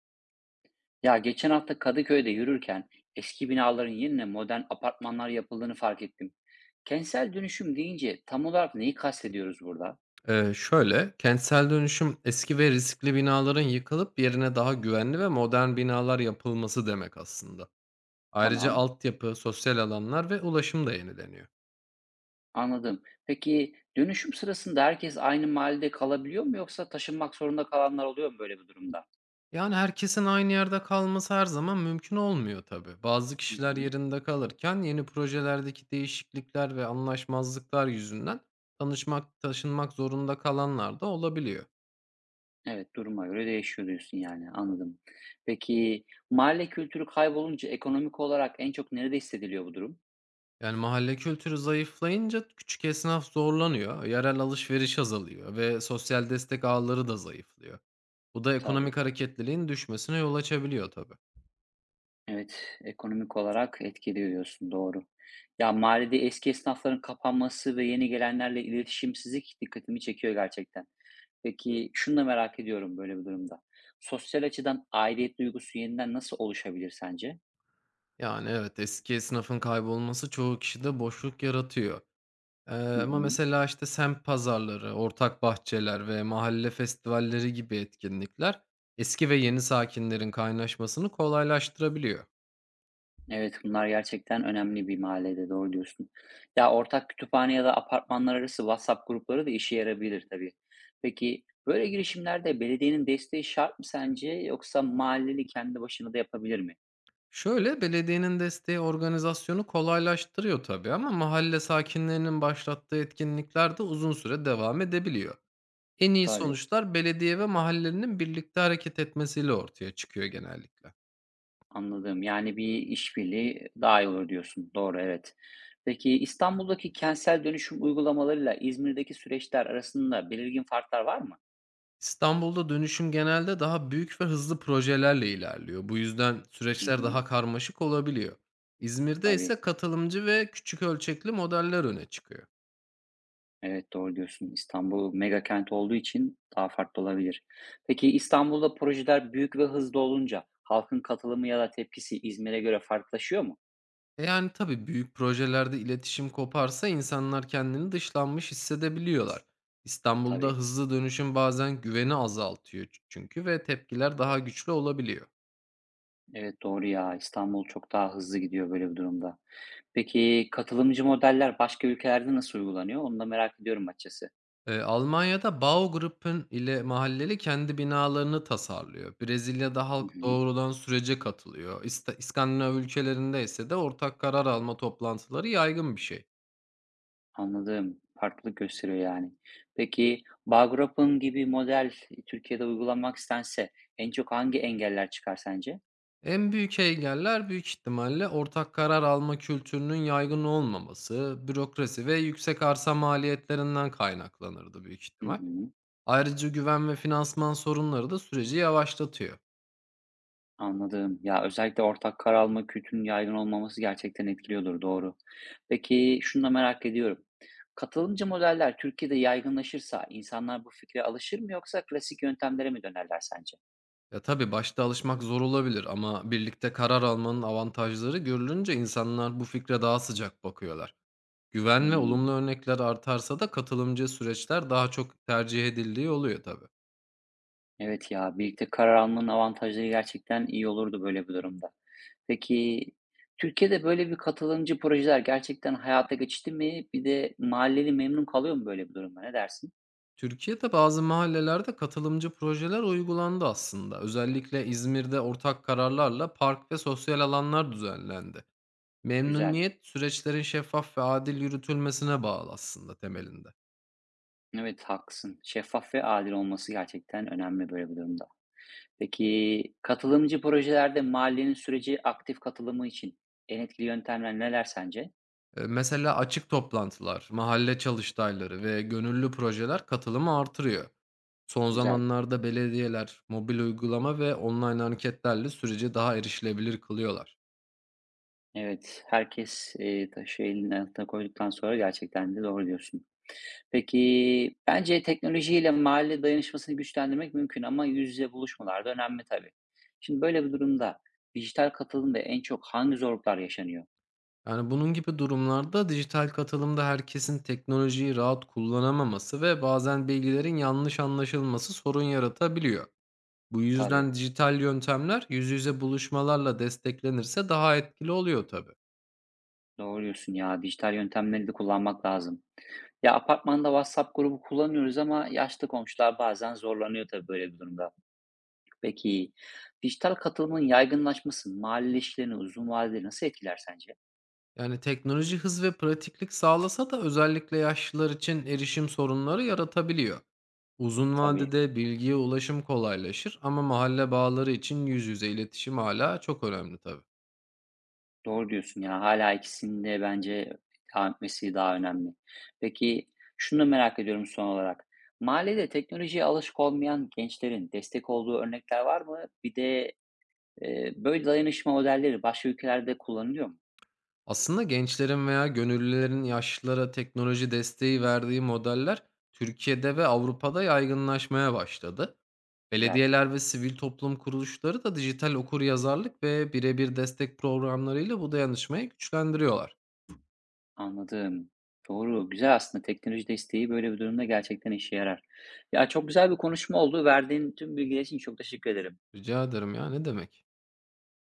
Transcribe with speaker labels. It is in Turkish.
Speaker 1: Ya geçen hafta Kadıköy'de yürürken eski binaların yerine modern apartmanlar yapıldığını fark ettim. Kentsel dönüşüm deyince tam olarak neyi kastediyoruz burada?
Speaker 2: Kentsel dönüşüm eski ve riskli binaların yıkılıp yerine daha güvenli ve modern binalar yapılması demek aslında. Ayrıca
Speaker 1: Tamam,
Speaker 2: altyapı, sosyal alanlar ve ulaşım da yenileniyor.
Speaker 1: anladım. Peki dönüşüm sırasında herkes aynı mahallede kalabiliyor mu yoksa taşınmak zorunda kalanlar oluyor mu böyle bir durumda?
Speaker 2: Yani herkesin aynı yerde kalması her zaman mümkün olmuyor tabii. Bazı
Speaker 1: Hı
Speaker 2: kişiler
Speaker 1: hı.
Speaker 2: yerinde kalırken yeni projelerdeki değişiklikler ve anlaşmazlıklar yüzünden taşınmak zorunda kalanlar da olabiliyor.
Speaker 1: Evet, duruma göre değişiyor diyorsun yani, anladım. Peki mahalle kültürü kaybolunca ekonomik olarak en çok nerede hissediliyor bu durum?
Speaker 2: Yani mahalle kültürü zayıflayınca küçük esnaf zorlanıyor, yerel alışveriş azalıyor ve sosyal destek ağları da zayıflıyor. Bu da ekonomik
Speaker 1: Tabii.
Speaker 2: hareketliliğin düşmesine yol açabiliyor tabii.
Speaker 1: Evet, ekonomik olarak etkiliyor diyorsun, doğru. Ya, mahallede eski esnafların kapanması ve yeni gelenlerle iletişimsizlik dikkatimi çekiyor gerçekten. Peki, şunu da merak ediyorum böyle bir durumda. Sosyal açıdan aidiyet duygusu yeniden nasıl oluşabilir sence?
Speaker 2: Yani evet, eski esnafın kaybolması çoğu kişide boşluk yaratıyor.
Speaker 1: Hı
Speaker 2: Ama
Speaker 1: hı.
Speaker 2: mesela işte semt pazarları, ortak bahçeler ve mahalle festivalleri gibi etkinlikler eski ve yeni sakinlerin kaynaşmasını kolaylaştırabiliyor.
Speaker 1: Evet, bunlar gerçekten önemli bir mahallede, doğru diyorsun. Ya, ortak kütüphane ya da apartmanlar arası WhatsApp grupları da işe yarabilir tabii. Peki, böyle girişimlerde belediyenin desteği şart mı sence yoksa mahalleli kendi başına da yapabilir mi?
Speaker 2: Şöyle, belediyenin desteği organizasyonu kolaylaştırıyor tabii, ama mahalle sakinlerinin başlattığı etkinlikler de uzun süre devam edebiliyor. En iyi
Speaker 1: Tabii,
Speaker 2: sonuçlar belediye ve mahallenin birlikte hareket etmesiyle ortaya çıkıyor genellikle.
Speaker 1: anladım. Yani bir işbirliği daha iyi olur diyorsun. Doğru, evet. Peki İstanbul'daki kentsel dönüşüm uygulamalarıyla İzmir'deki süreçler arasında belirgin farklar var mı?
Speaker 2: İstanbul'da dönüşüm genelde daha büyük ve hızlı projelerle ilerliyor. Bu yüzden
Speaker 1: Hı
Speaker 2: süreçler
Speaker 1: hı.
Speaker 2: daha karmaşık olabiliyor. İzmir'de
Speaker 1: Tabii.
Speaker 2: ise katılımcı ve küçük ölçekli modeller öne çıkıyor.
Speaker 1: Evet, doğru diyorsun. İstanbul mega kent olduğu için daha farklı olabilir. Peki İstanbul'da projeler büyük ve hızlı olunca halkın katılımı ya da tepkisi İzmir'e göre farklılaşıyor mu?
Speaker 2: Yani tabii büyük projelerde iletişim koparsa insanlar kendini dışlanmış hissedebiliyorlar. İstanbul'da
Speaker 1: Tabii.
Speaker 2: hızlı dönüşüm bazen güveni azaltıyor ç- çünkü ve tepkiler daha güçlü olabiliyor.
Speaker 1: Evet, doğru ya. İstanbul çok daha hızlı gidiyor böyle bir durumda. Peki, katılımcı modeller başka ülkelerde nasıl uygulanıyor? Onu da merak ediyorum açıkçası.
Speaker 2: Almanya'da Baugruppen ile mahalleli kendi binalarını tasarlıyor. Brezilya'da
Speaker 1: Hı
Speaker 2: halk
Speaker 1: hı.
Speaker 2: doğrudan sürece katılıyor. İskandinav ülkelerinde ise de ortak karar alma toplantıları yaygın bir şey.
Speaker 1: Anladım. Farklılık gösteriyor yani. Peki, Bağgrup'un gibi model Türkiye'de uygulanmak istense en çok hangi engeller çıkar sence?
Speaker 2: En büyük engeller büyük ihtimalle ortak karar alma kültürünün yaygın olmaması, bürokrasi ve yüksek arsa maliyetlerinden kaynaklanırdı büyük
Speaker 1: Hı
Speaker 2: ihtimal.
Speaker 1: hı.
Speaker 2: Ayrıca güven ve finansman sorunları da süreci yavaşlatıyor.
Speaker 1: Anladım. Ya özellikle ortak karar alma kültürünün yaygın olmaması gerçekten etkiliyordur, doğru. Peki, şunu da merak ediyorum. Katılımcı modeller Türkiye'de yaygınlaşırsa insanlar bu fikre alışır mı yoksa klasik yöntemlere mi dönerler sence?
Speaker 2: Ya tabii başta alışmak zor olabilir, ama birlikte karar almanın avantajları görülünce insanlar bu fikre daha sıcak bakıyorlar. Güven ve
Speaker 1: Hmm.
Speaker 2: olumlu örnekler artarsa da katılımcı süreçler daha çok tercih edildiği oluyor tabii.
Speaker 1: Evet ya, birlikte karar almanın avantajları gerçekten iyi olurdu böyle bir durumda. Peki Türkiye'de böyle bir katılımcı projeler gerçekten hayata geçti mi? Bir de mahalleli memnun kalıyor mu böyle bir durumda? Ne dersin?
Speaker 2: Türkiye'de bazı mahallelerde katılımcı projeler uygulandı aslında. Özellikle İzmir'de ortak kararlarla park ve sosyal alanlar düzenlendi.
Speaker 1: Güzel.
Speaker 2: Memnuniyet süreçlerin şeffaf ve adil yürütülmesine bağlı aslında temelinde.
Speaker 1: Evet haklısın. Şeffaf ve adil olması gerçekten önemli böyle bir durumda. Peki katılımcı projelerde mahallenin süreci aktif katılımı için en etkili yöntemler neler sence?
Speaker 2: Mesela açık toplantılar, mahalle çalıştayları ve gönüllü projeler katılımı artırıyor. Son
Speaker 1: Güzel.
Speaker 2: zamanlarda belediyeler mobil uygulama ve online anketlerle süreci daha erişilebilir kılıyorlar.
Speaker 1: Evet, taşı elinin altına koyduktan sonra gerçekten de doğru diyorsun. Peki, bence teknolojiyle mahalle dayanışmasını güçlendirmek mümkün ama yüz yüze buluşmalar da önemli tabii. Şimdi böyle bir durumda dijital katılımda en çok hangi zorluklar yaşanıyor?
Speaker 2: Yani, bunun gibi durumlarda dijital katılımda herkesin teknolojiyi rahat kullanamaması ve bazen bilgilerin yanlış anlaşılması sorun yaratabiliyor. Bu
Speaker 1: Tabii,
Speaker 2: yüzden dijital yöntemler yüz yüze buluşmalarla desteklenirse daha etkili oluyor tabii.
Speaker 1: doğru diyorsun ya, dijital yöntemleri de kullanmak lazım. Ya apartmanda WhatsApp grubu kullanıyoruz ama yaşlı komşular bazen zorlanıyor tabii böyle bir durumda. Peki, dijital katılımın yaygınlaşması mahalle ilişkilerini uzun vadede nasıl etkiler sence?
Speaker 2: Yani teknoloji hız ve pratiklik sağlasa da özellikle yaşlılar için erişim sorunları yaratabiliyor. Uzun
Speaker 1: Tabii,
Speaker 2: vadede bilgiye ulaşım kolaylaşır, ama mahalle bağları için yüz yüze iletişim hala çok önemli tabii.
Speaker 1: doğru diyorsun ya. Hala ikisinin de bence devam etmesi daha önemli. Peki, şunu da merak ediyorum son olarak. Mahallede teknolojiye alışık olmayan gençlerin destek olduğu örnekler var mı? Bir de, böyle dayanışma modelleri başka ülkelerde kullanılıyor mu?
Speaker 2: Aslında gençlerin veya gönüllülerin yaşlılara teknoloji desteği verdiği modeller Türkiye'de ve Avrupa'da yaygınlaşmaya başladı.
Speaker 1: Güzel,
Speaker 2: Belediyeler ve sivil toplum kuruluşları da dijital okuryazarlık ve birebir destek programlarıyla bu dayanışmayı güçlendiriyorlar.
Speaker 1: anladım. Doğru, güzel aslında teknoloji desteği böyle bir durumda gerçekten işe yarar. Ya, çok güzel bir konuşma oldu. Verdiğin tüm bilgiler için çok teşekkür ederim.
Speaker 2: Rica ederim ya, ne demek?